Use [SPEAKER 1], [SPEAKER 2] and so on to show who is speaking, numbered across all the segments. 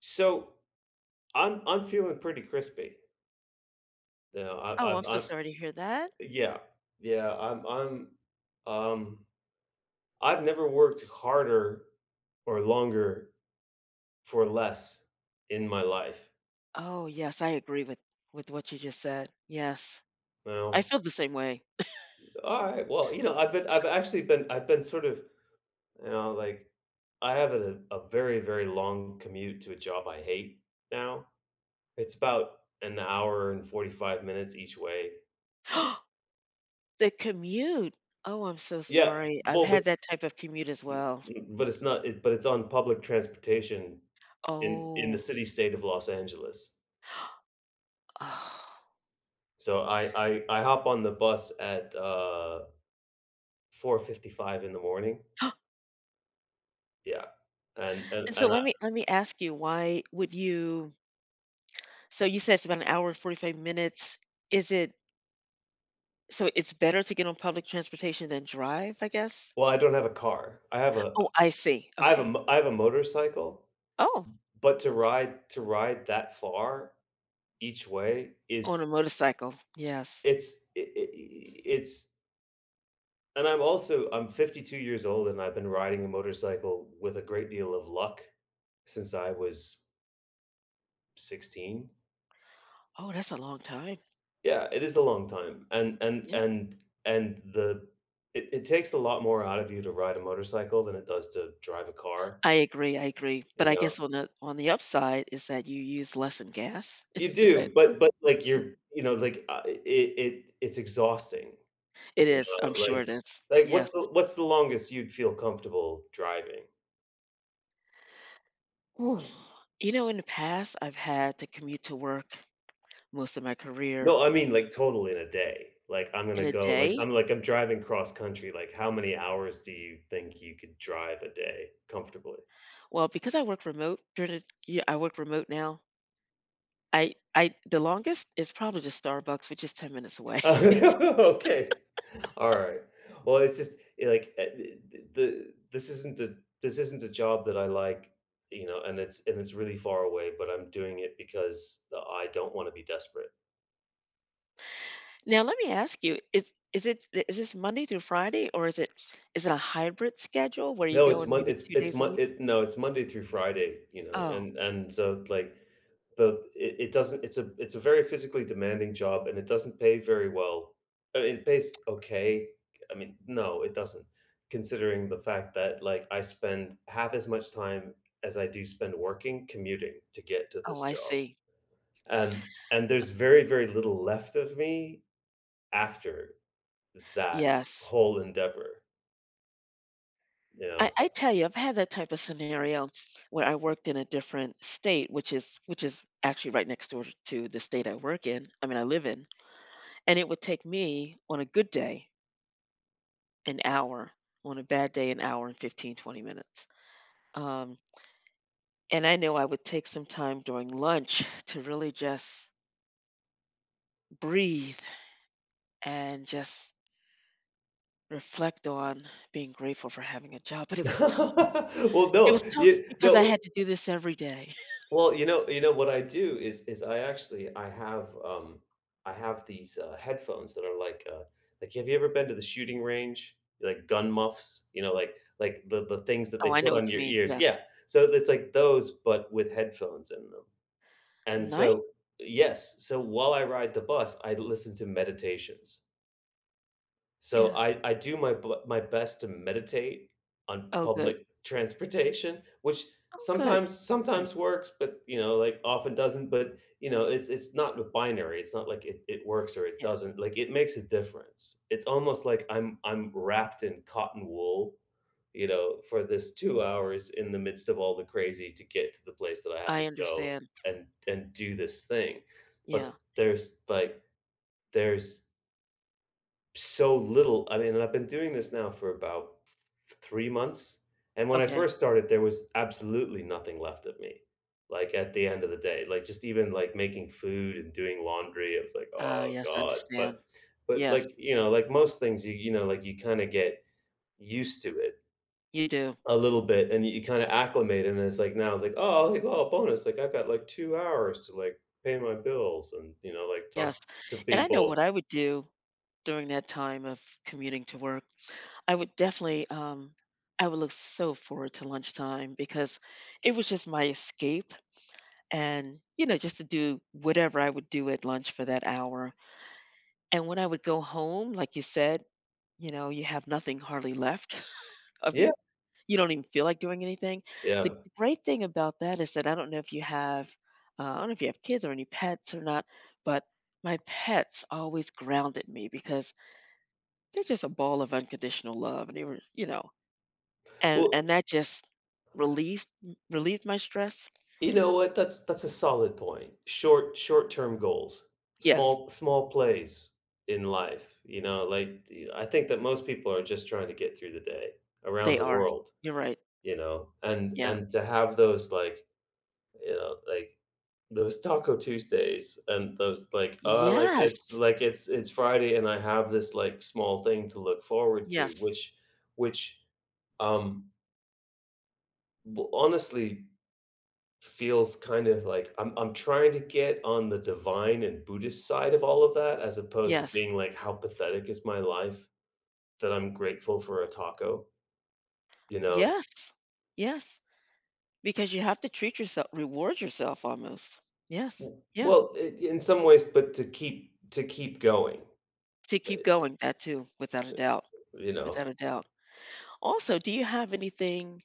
[SPEAKER 1] So, I'm feeling pretty crispy. You know, I
[SPEAKER 2] Oh, I'm so
[SPEAKER 1] I'm
[SPEAKER 2] sorry to hear that.
[SPEAKER 1] yeah. Yeah, I'm, um I've never worked harder or longer for less in my life.
[SPEAKER 2] Oh, yes, I agree with what you just said. Yes. I
[SPEAKER 1] Well,
[SPEAKER 2] feel the same way.
[SPEAKER 1] alright, well, I've been
[SPEAKER 2] S
[SPEAKER 1] I've actually been I've been sort of, you know, like, I have a very, very long commute to a job I hate now. It's about an hour and 45 minutes each way.
[SPEAKER 2] The commute. Oh, I'm so
[SPEAKER 1] Yeah,
[SPEAKER 2] sorry. I've
[SPEAKER 1] well, but
[SPEAKER 2] had that type of commute as well.
[SPEAKER 1] but it's not it but it's on public transportation in the
[SPEAKER 2] Oh.
[SPEAKER 1] city state of Los Angeles.
[SPEAKER 2] Oh.
[SPEAKER 1] So I hop on the bus at 4:55 in the morning. Yeah, and and
[SPEAKER 2] And so
[SPEAKER 1] and I,
[SPEAKER 2] let me ask you, why would you so you said it's about an hour and 45 minutes. Is it So it's better to get on public transportation than drive, I guess?
[SPEAKER 1] well, I don't have a car.
[SPEAKER 2] Oh, I see. Okay.
[SPEAKER 1] I have a motorcycle,
[SPEAKER 2] Oh,
[SPEAKER 1] but to ride that far each way
[SPEAKER 2] on a
[SPEAKER 1] is
[SPEAKER 2] motorcycle. Yes.
[SPEAKER 1] it's I- it's and I'm also I'm 52 years old, and I've been riding a motorcycle with a great deal of luck since I was 16.
[SPEAKER 2] Oh, that's a long time.
[SPEAKER 1] Yeah, it is a long time, and the it it takes a lot more out of you to ride a motorcycle than it does to drive a car,
[SPEAKER 2] I agree, but
[SPEAKER 1] you
[SPEAKER 2] I guess
[SPEAKER 1] know?
[SPEAKER 2] on the upside is that you use less in gas.
[SPEAKER 1] You
[SPEAKER 2] Is that
[SPEAKER 1] do,
[SPEAKER 2] true?
[SPEAKER 1] but you know, it it's exhausting,
[SPEAKER 2] It
[SPEAKER 1] you
[SPEAKER 2] is, I'm
[SPEAKER 1] know?
[SPEAKER 2] sure it is.
[SPEAKER 1] Like,
[SPEAKER 2] Yes.
[SPEAKER 1] what's the longest you'd feel comfortable driving?
[SPEAKER 2] Ooh. You know, in the past, I've had to commute to work most of my career
[SPEAKER 1] No, I mean, like, total in a day.
[SPEAKER 2] in a
[SPEAKER 1] Like,
[SPEAKER 2] day.
[SPEAKER 1] I'm driving cross country, like, how many hours do you think you could drive a day comfortably?
[SPEAKER 2] Well, because I work remote during the yeah, I work remote now. I The longest is probably to Starbucks, which is 10 minutes away.
[SPEAKER 1] Okay. Alright. Well, it's just, eh, like, eh, th the this isn't the this isn't the job that I like, you know, and it's really far away, but I'm doing it because, I don't wanna be desperate.
[SPEAKER 2] Now, let me ask you, is this Monday through Friday, or is it a hybrid schedule where you
[SPEAKER 1] No,
[SPEAKER 2] go in maybe 2
[SPEAKER 1] It's
[SPEAKER 2] days a
[SPEAKER 1] Mon
[SPEAKER 2] week?
[SPEAKER 1] it no, it's Monday through Friday, you know,
[SPEAKER 2] Oh,
[SPEAKER 1] and so, like, the it it doesn't it's a very physically demanding job, and it doesn't pay very well. I mean, it pays okay. I mean, no, it doesn't, considering the fact that, like, I spend half as much time as I do spend working, commuting to get to
[SPEAKER 2] oh,
[SPEAKER 1] this
[SPEAKER 2] I
[SPEAKER 1] job,
[SPEAKER 2] see.
[SPEAKER 1] and and there's very, very little left of me after that
[SPEAKER 2] Yes.
[SPEAKER 1] whole endeavor, you
[SPEAKER 2] I,
[SPEAKER 1] know?
[SPEAKER 2] I tell you, I've had that type of scenario where I worked in a different state, which is actually right next door to the state I work in. I mean, I live in, and it would take me on a good day an hour, on a bad day an hour and 15, 20 minutes. Um, and I know I would take some time during lunch to really just breathe and just reflect on being grateful for having a job. But it was tough.
[SPEAKER 1] Well,
[SPEAKER 2] It
[SPEAKER 1] no,
[SPEAKER 2] was tough
[SPEAKER 1] you
[SPEAKER 2] because I
[SPEAKER 1] no,
[SPEAKER 2] had to do this every day.
[SPEAKER 1] well, you know what I do is I actually I have these, headphones that are like, have you ever been to the shooting range? Like gun muffs, you know, like the things that
[SPEAKER 2] Oh,
[SPEAKER 1] they
[SPEAKER 2] I
[SPEAKER 1] put
[SPEAKER 2] know
[SPEAKER 1] on
[SPEAKER 2] what you
[SPEAKER 1] your
[SPEAKER 2] mean,
[SPEAKER 1] ears.
[SPEAKER 2] yes.
[SPEAKER 1] Yeah, so it's like those, but with headphones in them, and
[SPEAKER 2] Night?
[SPEAKER 1] so yes, so while I ride the bus, I listen to meditations. So
[SPEAKER 2] Yeah.
[SPEAKER 1] I do my best to meditate on
[SPEAKER 2] Oh, good.
[SPEAKER 1] public transportation, which
[SPEAKER 2] Oh, good.
[SPEAKER 1] sometimes
[SPEAKER 2] Mm,
[SPEAKER 1] sometimes works, but, you know, like, often doesn't, but, you know, it's not a binary, it's not like it works or it
[SPEAKER 2] yeah,
[SPEAKER 1] doesn't, like, it makes a difference. It's almost like I'm wrapped in cotton wool, you know, for this 2 hours in the midst of all the crazy to get to the place that I have
[SPEAKER 2] I
[SPEAKER 1] to go
[SPEAKER 2] understand.
[SPEAKER 1] and do this thing,
[SPEAKER 2] Yeah,
[SPEAKER 1] but there's, like, there's so little. I mean, and I've been doing this now for about 3 months, and when I
[SPEAKER 2] okay.
[SPEAKER 1] first started, there was absolutely nothing left of me, like, at the end of the day. Like, just even, like, making food and doing laundry, it was like,
[SPEAKER 2] Oh,
[SPEAKER 1] "Oh
[SPEAKER 2] yes, I
[SPEAKER 1] god,"
[SPEAKER 2] understand.
[SPEAKER 1] but,
[SPEAKER 2] Yes,
[SPEAKER 1] like, you know, like most things, you know, like, you kinda get used to it
[SPEAKER 2] you do.
[SPEAKER 1] a little bit, and you kinda acclimate, and it's like now it's like, oh, bonus, like, I've got, like, 2 hours to, like, pay my bills and, you know, like,
[SPEAKER 2] Yes,
[SPEAKER 1] talk to
[SPEAKER 2] and I know
[SPEAKER 1] people."
[SPEAKER 2] what I would do during that time of commuting to work. I would definitely, I would look so forward to lunchtime because it was just my escape and, you know, just to do whatever I would do at lunch for that hour. And when I would go home, like you said, you have nothing hardly left of
[SPEAKER 1] Yeah,
[SPEAKER 2] you. You don't even feel like doing anything. The
[SPEAKER 1] yeah.
[SPEAKER 2] great thing about that is that I don't know if you have kids or any pets or not, but my pets always grounded me because they're just a ball of unconditional love. And they were. And
[SPEAKER 1] Well,
[SPEAKER 2] that just relieved relieved my stress.
[SPEAKER 1] you know what? That's a solid point. Short short-term goals,
[SPEAKER 2] Yes,
[SPEAKER 1] small plays in life, you know, like, y I think that most people are just trying to get through the day around
[SPEAKER 2] they
[SPEAKER 1] the
[SPEAKER 2] are.
[SPEAKER 1] world,
[SPEAKER 2] You're right.
[SPEAKER 1] you know,
[SPEAKER 2] Yeah.
[SPEAKER 1] and to have those, like, you know, like, those Taco Tuesdays and those, like, "Oh, like,
[SPEAKER 2] Yes.
[SPEAKER 1] it's like, it's Friday, and I have this, like, small thing to look forward to,"
[SPEAKER 2] Yes.
[SPEAKER 1] which, um, w honestly feels kind of like I'm trying to get on the divine and Buddhist side of all of that, as opposed to
[SPEAKER 2] Yes.
[SPEAKER 1] being like, "How pathetic is my life that I'm grateful for a taco?" You know?
[SPEAKER 2] Yes. Yes. Because you have to treat yourself reward yourself almost. Yes.
[SPEAKER 1] W
[SPEAKER 2] Yeah.
[SPEAKER 1] well, I In some ways, but to keep going,
[SPEAKER 2] To keep
[SPEAKER 1] eh,
[SPEAKER 2] going, that too, without a doubt,
[SPEAKER 1] you know?
[SPEAKER 2] without a doubt. Also, do you have anything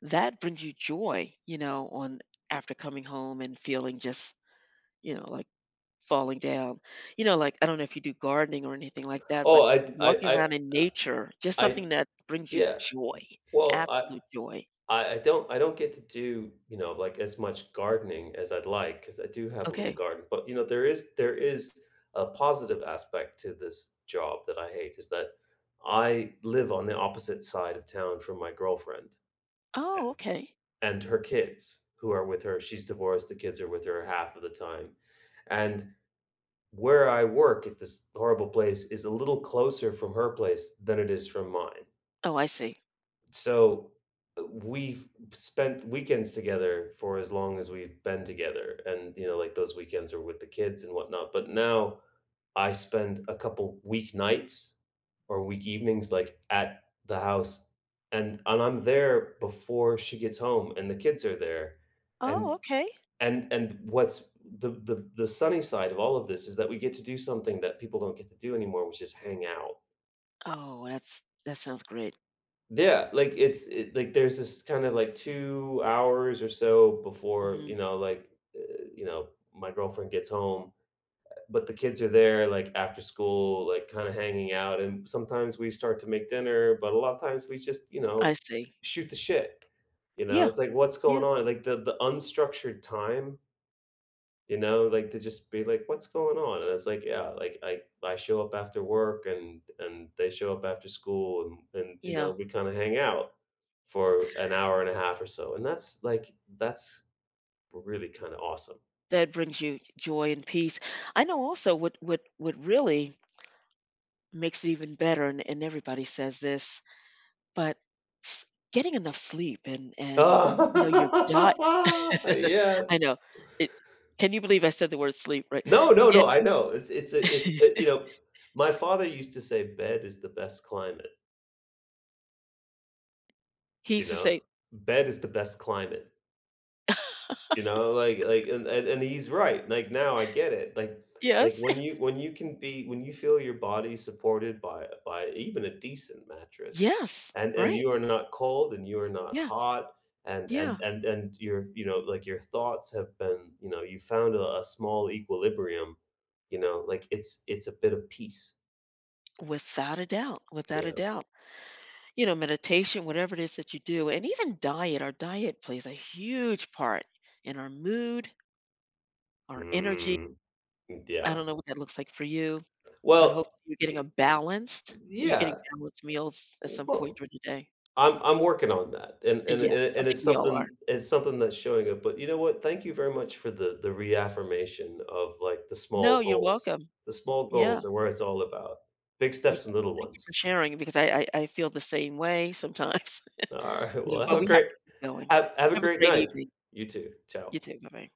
[SPEAKER 2] that brings you joy, on after coming home and feeling just, like falling down. Like, I don't know if you do gardening or anything like that, but
[SPEAKER 1] Oh, I
[SPEAKER 2] walking
[SPEAKER 1] I I
[SPEAKER 2] around in nature, just
[SPEAKER 1] I
[SPEAKER 2] something that brings you
[SPEAKER 1] yeah.
[SPEAKER 2] joy,
[SPEAKER 1] Well, I
[SPEAKER 2] absolute joy.
[SPEAKER 1] I I don't get to do, you know, like, as much gardening as I'd like because I do have a little
[SPEAKER 2] Okay.
[SPEAKER 1] garden, but, you know, there is a positive aspect to this job that I hate is that I live on the opposite side of town from my girlfriend
[SPEAKER 2] Oh, okay.
[SPEAKER 1] and her kids who are with her. She's divorced, the kids are with her half of the time, and where I work at this horrible place is a little closer from her place than it is from mine.
[SPEAKER 2] Oh, I see.
[SPEAKER 1] So, we've spent weekends together for as long as we've been together, and you know, like, those weekends are with the kids and whatnot, but now I spend a couple weeknights or week evenings, like, at the house, and I'm there before she gets home, and the kids are there,
[SPEAKER 2] Oh,
[SPEAKER 1] and
[SPEAKER 2] okay.
[SPEAKER 1] what's the sunny side of all of this is that we get to do something that people don't get to do anymore, which is hang out.
[SPEAKER 2] Oh, that sounds great.
[SPEAKER 1] Yeah, like, it's it like, there's this kind of, like, 2 hours or so before,
[SPEAKER 2] Mhm.
[SPEAKER 1] you know, like, you know, my girlfriend gets home, but the kids are there, like, after school, like, kinda hanging out, and sometimes we start to make dinner, but a lot of times we just, you
[SPEAKER 2] I
[SPEAKER 1] know,
[SPEAKER 2] see.
[SPEAKER 1] shoot the shit, you know?
[SPEAKER 2] Yeah.
[SPEAKER 1] It's like, "What's
[SPEAKER 2] Yeah.
[SPEAKER 1] going on?" Like, the unstructured time, you know, like, to just be like, "What's going on?" And it's like, yeah, like, I show up after work, and they show up after school, and, you know,
[SPEAKER 2] Yeah.
[SPEAKER 1] we kinda hang out for an hour and a half or so, and that's, that's really kinda awesome.
[SPEAKER 2] That brings you joy and peace. I know also what really makes it even better and, everybody says this, but s- getting enough sleep and you know your diet.
[SPEAKER 1] Ah,
[SPEAKER 2] I
[SPEAKER 1] yes.
[SPEAKER 2] know. It, can you believe I said the word sleep, right?
[SPEAKER 1] No, no,
[SPEAKER 2] Get
[SPEAKER 1] no, I know. It's it's a you know, my father used to say, "Bed is the best climate,"
[SPEAKER 2] he
[SPEAKER 1] you
[SPEAKER 2] used to
[SPEAKER 1] know?
[SPEAKER 2] say.
[SPEAKER 1] Bed is the best climate. You know, like and he's right, like, now I get it, like,
[SPEAKER 2] Yes.
[SPEAKER 1] when you feel your body supported by even a decent mattress,
[SPEAKER 2] Yes,
[SPEAKER 1] and
[SPEAKER 2] right.
[SPEAKER 1] you are not cold, and you are not
[SPEAKER 2] Yes,
[SPEAKER 1] hot, and
[SPEAKER 2] yeah.
[SPEAKER 1] and and and your, you know, like, your thoughts have been you found a small equilibrium, you know, like, it's a bit of peace,
[SPEAKER 2] Without a doubt, without a
[SPEAKER 1] yeah.
[SPEAKER 2] doubt. You know, meditation, whatever it is that you do, and even diet, our diet plays a huge part in our mood, our energy.
[SPEAKER 1] Mm,
[SPEAKER 2] I
[SPEAKER 1] yeah.
[SPEAKER 2] don't know what that looks like for you, but hopefully
[SPEAKER 1] Well,
[SPEAKER 2] you're getting a
[SPEAKER 1] i
[SPEAKER 2] balanced you're getting
[SPEAKER 1] yeah,
[SPEAKER 2] balanced meals at some point
[SPEAKER 1] well,
[SPEAKER 2] during the day.
[SPEAKER 1] I'm working on that, and
[SPEAKER 2] And yes, I think
[SPEAKER 1] it's
[SPEAKER 2] we all are.
[SPEAKER 1] something that's showing up, but you know what? Thank you very much for the reaffirmation of, like, the
[SPEAKER 2] No,
[SPEAKER 1] small
[SPEAKER 2] you're
[SPEAKER 1] goals.
[SPEAKER 2] welcome.
[SPEAKER 1] The small
[SPEAKER 2] Yeah.
[SPEAKER 1] goals and where it's all about. Big
[SPEAKER 2] Yeah,
[SPEAKER 1] steps and little
[SPEAKER 2] thank you for
[SPEAKER 1] ones.
[SPEAKER 2] sharing because I feel the same way sometimes,
[SPEAKER 1] Alright, well,
[SPEAKER 2] but we have to keep going.
[SPEAKER 1] have a
[SPEAKER 2] Have a
[SPEAKER 1] great
[SPEAKER 2] great
[SPEAKER 1] night.
[SPEAKER 2] evening.
[SPEAKER 1] You too.
[SPEAKER 2] You
[SPEAKER 1] Ciao.
[SPEAKER 2] too. Bye-bye.